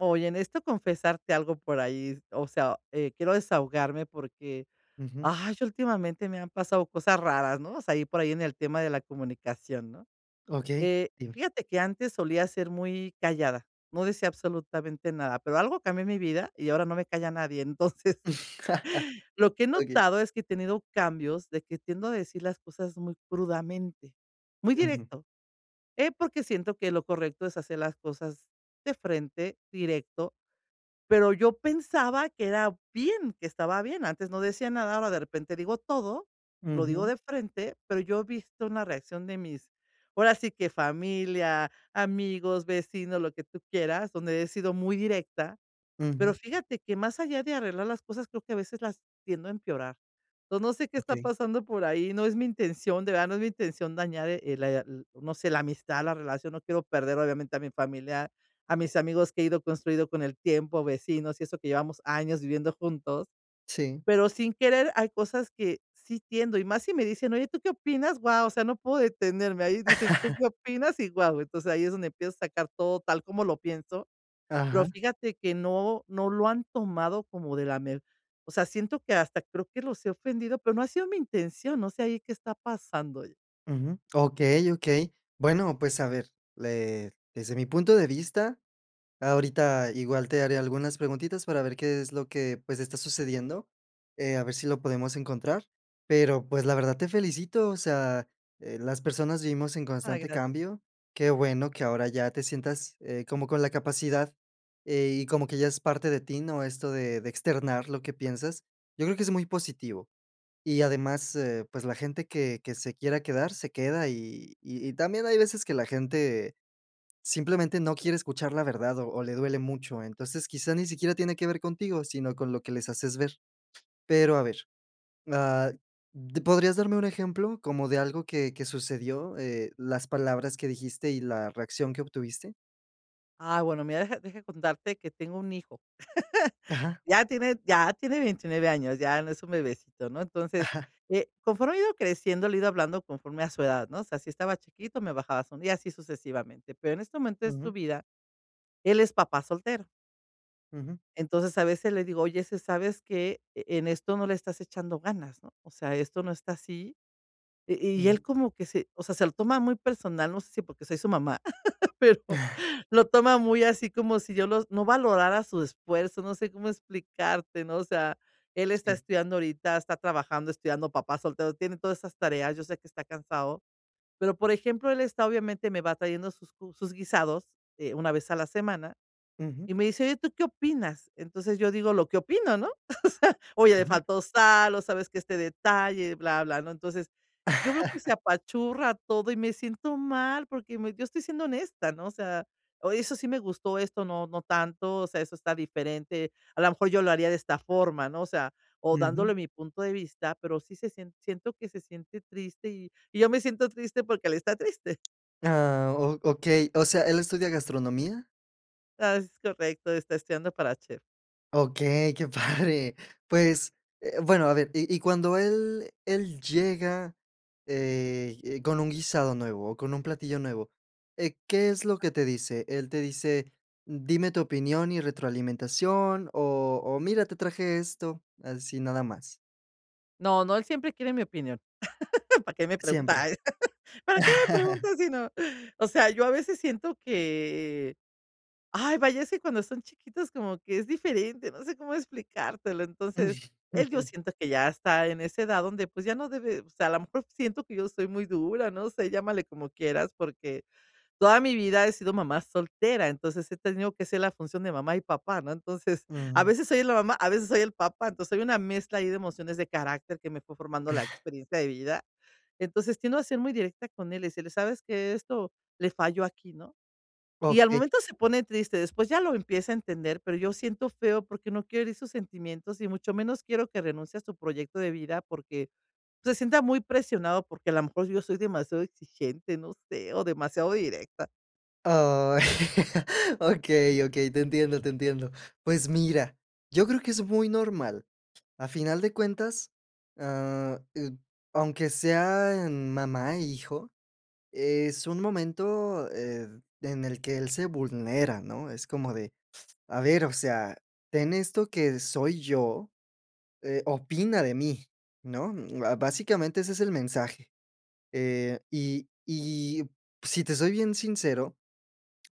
Oye, necesito confesarte algo por ahí, o sea, quiero desahogarme porque, Ujú. ay, últimamente me han pasado cosas raras, ¿no? O sea, ahí por ahí en el tema de la comunicación, ¿no? Okey, dime. Fíjate que antes solía ser muy callada, no decía absolutamente nada, pero algo cambió en mi vida y ahora no me calla nadie. Entonces, lo que he Okey. notado es que he tenido cambios de que tiendo a decir las cosas muy crudamente, muy Ujú, directo, porque siento que lo correcto es hacer las cosas de frente, directo, pero yo pensaba que era bien, que estaba bien. Antes no decía nada, ahora de repente digo todo, lo digo ujú, de frente, pero yo he visto una reacción de mis, ahora sí que familia, amigos, vecinos, lo que tú quieras, donde he sido muy directa, ujú. pero fíjate que más allá de arreglar las cosas, creo que a veces las tiendo a empeorar. Entonces, no sé qué está Okey. pasando por ahí, no es mi intención, de verdad, no es mi intención dañar, la l no sé, la amistad, la relación, no quiero perder, obviamente, a mi familia, a mis amigos que he ido construido con el tiempo, vecinos y eso que llevamos años viviendo juntos, Sí. pero sin querer hay cosas que sí tiendo, y más si me dicen: "Oye, ¿tú qué opinas?", guau, o sea, no puedo detenerme, ahí dicen "¿Tú qué opinas?", y guau, entonces ahí es donde empiezo a sacar todo tal como lo pienso. Pero Ajá, fíjate que no lo han tomado como de la me o sea, siento que hasta creo que los he ofendido, pero no ha sido mi intención, no sé ahí qué está pasando. ujú. Okey, okey. Bueno, pues, a ver, le desde mi punto de vista, ahorita igual te haré algunas preguntitas para ver qué es lo que, pues, está sucediendo, a ver si lo podemos encontrar. Pero, pues, la verdad te felicito, o sea, las personas vivimos en Ah, constante gracias. cambio. Qué bueno que ahora ya te sientas, como con la capacidad, y como que ya es parte de ti, ¿no? Esto de externar lo que piensas. Yo creo que es muy positivo. Y además, pues, la gente que se quiera quedar, se queda, y también hay veces que la gente simplemente no quiere escuchar la verdad o le duele mucho. Entonces, quizá ni siquiera tiene que ver contigo, sino con lo que les haces ver. Pero a ver, ah, ¿podrías darme un ejemplo como de algo que sucedió, las palabras que dijiste y la reacción que obtuviste? Ah, bueno, mira, deja contarte que tengo un hijo. Ajá, Ya tiene 29 años, ya no es un bebecito, ¿no? Entonces, ajá. Conforme he ido creciendo, le he ido hablando conforme a su edad, ¿no? O sea, si estaba chiquito, me bajaba un y así sucesivamente. Pero en este momento de su Ujú, vida, él es papá soltero. ujú, Entonces, a veces le digo: "Oye, si sabes que en esto no le estás echando ganas, ¿no? O sea, esto no está así". Y y él ujú, como que se o sea, se lo toma muy personal, no sé si porque soy su mamá, pero lo toma muy así como si yo los no valorara su esfuerzo, no sé cómo explicarte, ¿no? O sea, él está sí. estudiando ahorita, está trabajando, estudiando, papá soltero, tiene todas esas tareas, yo sé que está cansado, pero, por ejemplo, él está obviamente me va trayendo sus guisados, una vez a la semana. Ujú, Y me dice: "Oye, ¿tú qué opinas?". Entonces, yo digo lo que opino, ¿no? "Oye, le ajá, faltó sal, o sabes que este detalle, bla, bla", ¿no? Entonces, yo veo que se apachurra todo y me siento mal porque me yo estoy siendo honesta, ¿no? O sea, o eso sí me gustó, esto no, no tanto, o sea, eso está diferente. A lo mejor yo lo haría de esta forma, ¿no? O sea, o ujú. dándole mi punto de vista, pero sí se sien siento que se siente triste y yo me siento triste porque él está triste. Ah, o- ok. O sea, ¿él estudia gastronomía? Ah, es correcto, está estudiando para chef. Okey, qué padre. Pues, bueno, a ver, y cuando él llega, con un guisado nuevo o con un platillo nuevo, ¿qué es lo que te dice? ¿Él te dice: "Dime tu opinión y retroalimentación", o "Mira, te traje esto", así nada más? No, no, él siempre quiere mi opinión. ¿Para qué me Siempre. preguntas? ¿Para qué me preguntas si no? O sea, yo a veces siento que, ay, vaya, es que cuando son chiquitos como que es diferente, no sé cómo explicártelo. Entonces, él yo siento que ya está en esa edad donde pues ya no debe, o sea, a lo mejor siento que yo soy muy dura, no sé, llámale como quieras, porque toda mi vida he sido mamá soltera, entonces he tenido que ser la función de mamá y papá, ¿no? Entonces, a Ujú. veces soy la mamá, a veces soy el papá, entonces hay una mezcla ahí de emociones de carácter que me fue formando la experiencia de vida. Entonces, tiendo a ser muy directa con él y decirle: "¿Sabes que esto le falló aquí", ¿no? Y al Okey. momento se pone triste, después ya lo empieza a entender, pero yo siento feo porque no quiero herir sus sentimientos y mucho menos quiero que renuncie a su proyecto de vida porque se sienta muy presionado, porque a lo mejor yo soy demasiado exigente, no sé, o demasiado directa. Ay, okey, okey, te entiendo, te entiendo. Pues mira, yo creo que es muy normal. A final de cuentas, ah, eh, aunque sean mamá e hijo, es un momento, en el que él se vulnera, ¿no? Es como de, a ver, o sea, ten esto que soy yo, opina de mí, ¿no? Ba básicamente ese es el mensaje, y si te soy bien sincero,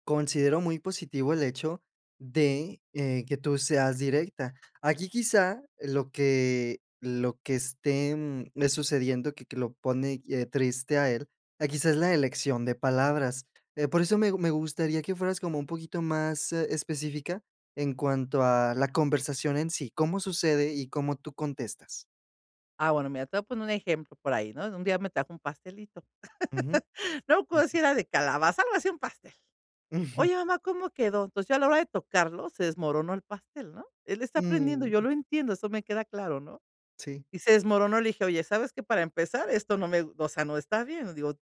considero muy positivo el hecho de, que tú seas directa. Aquí quizá lo que esté, sucediendo que lo pone, triste a él, quizá es la elección de palabras. Por eso me gustaría que fueras como un poquito más, específica en cuanto a la conversación en sí, cómo sucede y cómo tú contestas. Ah, bueno, mira, te voy a poner un ejemplo por ahí, ¿no? Un día me trajo un pastelito. Ujú. No me acuerdo Ujú. si era de calabaza, algo así, un pastel. Oye, mamá, ¿cómo quedó? Entonces, yo a la hora de tocarlo, se desmoronó el pastel, ¿no? Él está aprendiendo, Mm, yo lo entiendo, eso me queda claro, ¿no? sí. Y se desmoronó, le dije: "Oye, ¿sabes qué? Para empezar, esto no me gu o sea, no está bien", digo,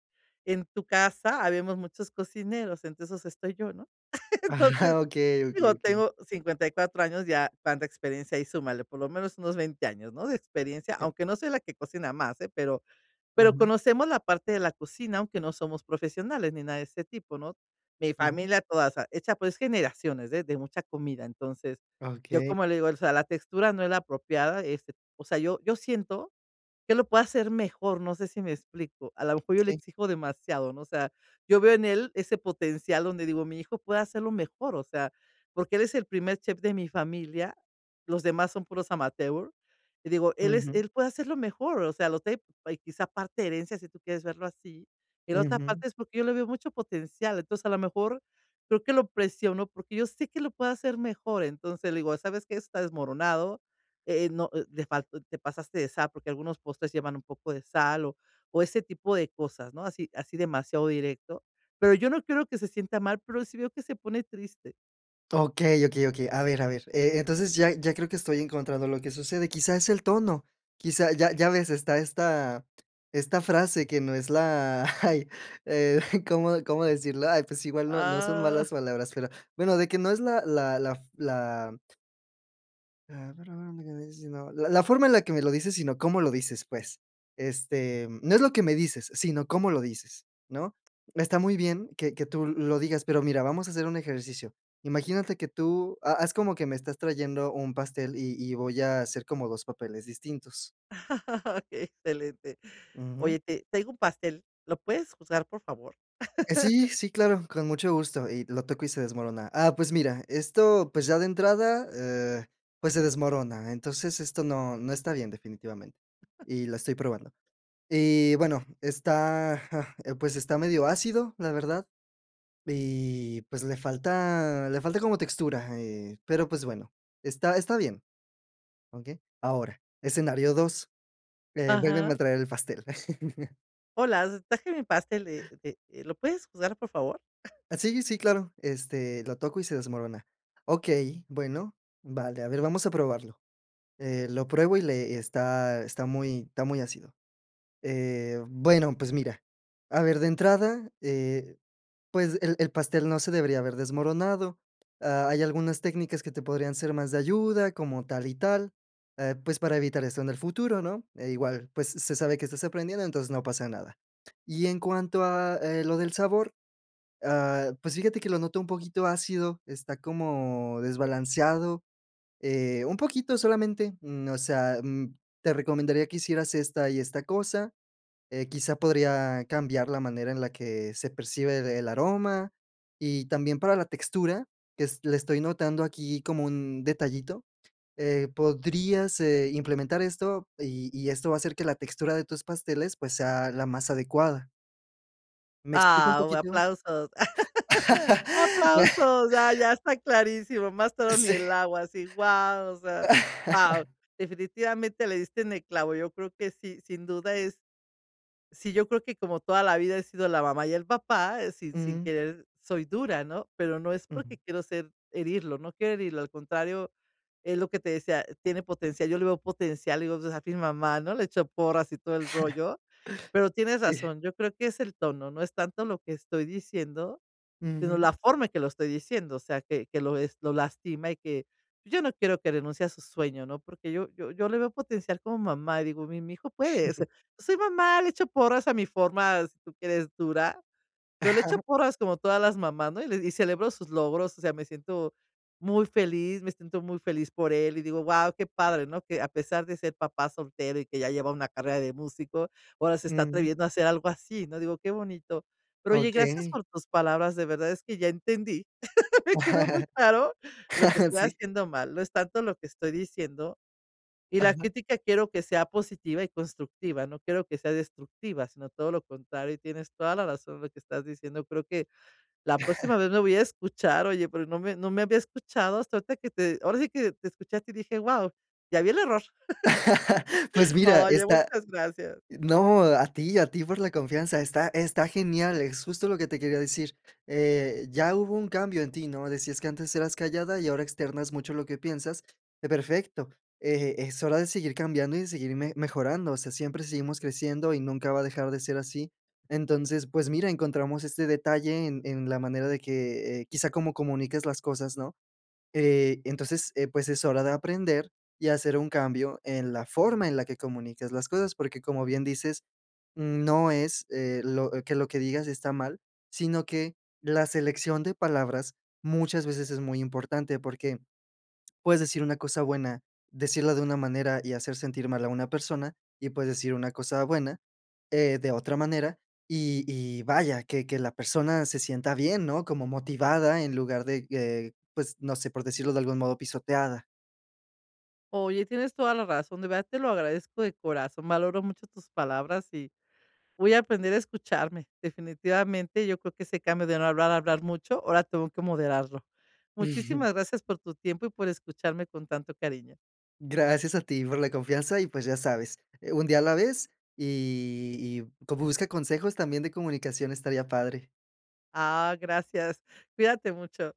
en tu casa habemos muchos cocineros, entre esos estoy yo, ¿no? Entonces Ajá, okey, okey, digo, okey. tengo 54 años, ya cuánta experiencia y súmale, por lo menos unos 20 años, ¿no?, de experiencia, aunque no soy la que cocina más, ¿eh?, pero Ajá. conocemos la parte de la cocina, aunque no somos profesionales ni nada de ese tipo, ¿no? Mi Ujú. familia toda, o sea, hecha, pues, generaciones de mucha comida. Entonces, yo Okey, como le digo, o sea, la textura no es la apropiada, este, o sea, yo siento que lo pueda hacer mejor, no sé si me explico. A lo mejor yo le sí. exijo demasiado, ¿no? O sea, yo veo en él ese potencial donde digo, mi hijo puede hacerlo mejor, o sea, porque él es el primer chef de mi familia, los demás son puros amateur, y digo, Ujú, él puede hacerlo mejor, o sea, lo trae, quizá parte de herencia, si tú quieres verlo así, y la otra ujú. parte es porque yo le veo mucho potencial, entonces, a lo mejor creo que lo presiono porque yo sé que lo puede hacer mejor, entonces, le digo: "¿Sabes qué? Eso está desmoronado, no, le faltó te pasaste de sal, porque algunos postres llevan un poco de sal, o ese tipo de cosas, ¿no? Así así demasiado directo. Pero yo no quiero que se sienta mal, pero sí veo que se pone triste. Okey, okey, okey. A ver, entonces ya ya creo que estoy encontrando lo que sucede. Quizá es el tono, quizá ya ya ves, está esta esta frase que no es la ay, eh, ¿cómo cómo decirlo? Ay, pues igual no no son malas Ah, palabras, pero bueno, de que no es la la la la ah, pero a ver, ¿dónde que me dices? Si no, la la forma en la que me lo dices, sino cómo lo dices, pues. Este, no es lo que me dices, sino cómo lo dices, ¿no? Está muy bien que tú lo digas, pero mira, vamos a hacer un ejercicio. Imagínate que tú ha haz como que me estás trayendo un pastel y voy a hacer como 2 papeles distintos. okey, excelente. Ujú. Oye, te traigo un pastel, ¿lo puedes juzgar, por favor? Sí, sí, claro, con mucho gusto, y lo toco y se desmorona. Ah, pues mira, esto, pues, ya de entrada, pues, se desmorona, entonces esto no no está bien definitivamente, y lo estoy probando. Y bueno, está, pues, está medio ácido, la verdad, y, pues, le falta como textura, pero, pues, bueno, está está bien, ¿okey? Ahora, escenario dos, vuélveme a Ajá. traer el pastel. Hola, traje mi pastel ¿lo puedes juzgar, por favor? Ah, sí, sí, claro, este, lo toco y se desmorona. Okey, bueno, vale, a ver, vamos a probarlo. Lo pruebo y le está está muy ácido. Bueno, pues, mira, a ver, de entrada, pues, el pastel no se debería haber desmoronado. Ah, hay algunas técnicas que te podrían ser más de ayuda, como tal y tal, pues, para evitar esto en el futuro, ¿no? E igual, pues, se sabe que estás aprendiendo, entonces no pasa nada. Y en cuanto a, lo del sabor, pues, fíjate que lo noto un poquito ácido, está como desbalanceado, un poquito solamente, o sea, te recomendaría que hicieras esta y esta cosa. Quizá podría cambiar la manera en la que se percibe el aroma y también para la textura, que es le estoy notando aquí como un detallito, podrías, implementar esto y esto va a hacer que la textura de tus pasteles, pues, sea la más adecuada. ¿Me explico un Ah, poquito? aplausos. Me- Aplausos, ya ya está clarísimo, más toro ni Sí. el agua, así, guau, o sea, wow. Definitivamente le diste en el clavo, yo creo que sí, sin duda es sí, yo creo que como toda la vida he sido la mamá y el papá, sin Ujú, querer soy dura, ¿no? Pero no es porque ujú. quiero ser herirlo, no quiero herirlo, al contrario, es lo que te decía, tiene potencial, yo le veo potencial, digo, pues, a mi mamá, ¿no? Le echo porras y todo el rollo, pero tienes Sí. razón, yo creo que es el tono, no es tanto lo que estoy diciendo, sino Ujú. la forma en que lo estoy diciendo, o sea, que lo es lo lastima y que yo no quiero que renuncie a su sueño, ¿no? Porque yo le veo potencial como mamá, y digo: "Mi hijo puede". O sea, soy mamá, le echo porras a mi forma, si tú quieres, dura. Pero le echo Ajá. porras como todas las mamás, ¿no? Y le y celebro sus logros, o sea, me siento muy feliz, me siento muy feliz por él, y digo: "Guau, qué padre", ¿no? Que a pesar de ser papá soltero y que ya lleva una carrera de músico, ahora se está Ujú. atreviendo a hacer algo así, ¿no? Digo: "Qué bonito". Pero oye, gracias Okey. por tus palabras, de verdad es que ya entendí, me quedó muy claro lo que estoy Sí. haciendo mal, no es tanto lo que estoy diciendo, y la Ajá. crítica quiero que sea positiva y constructiva, no quiero que sea destructiva, sino todo lo contrario, y tienes toda la razón en lo que estás diciendo. Creo que la próxima vez me voy a escuchar, oye, pero no me había escuchado hasta ahorita que te ahora sí que te escuchaste y dije: wow ya vi el error". Pues mira, Oye, está muchas gracias. no, a ti por la confianza. Está está genial, es justo lo que te quería decir. Ya hubo un cambio en ti, ¿no? Decías que antes eras callada y ahora externas mucho lo que piensas. Perfecto. Es hora de seguir cambiando y de seguir me mejorando. O sea, siempre seguimos creciendo y nunca va a dejar de ser así. Entonces, pues mira, encontramos este detalle en la manera de que, quizá cómo comunicas las cosas, ¿no? Entonces, pues es hora de aprender y hacer un cambio en la forma en la que comunicas las cosas, porque como bien dices, no es que lo que digas está mal, sino que la selección de palabras muchas veces es muy importante porque puedes decir una cosa buena, decirla de una manera y hacer sentir mal a una persona, y puedes decir una cosa buena, de otra manera y vaya, que la persona se sienta bien, ¿no? Como motivada en lugar de, pues, no sé, por decirlo de algún modo, pisoteada. Oye, tienes toda la razón, de verdad te lo agradezco de corazón, valoro mucho tus palabras y voy a aprender a escucharme. Definitivamente, yo creo que ese cambio de no hablar a hablar mucho, ahora tengo que moderarlo. Ujú. Muchísimas gracias por tu tiempo y por escucharme con tanto cariño. Gracias a ti por la confianza y, pues, ya sabes, un día a la vez y como busca consejos también de comunicación estaría padre. Ah, gracias. Cuídate mucho.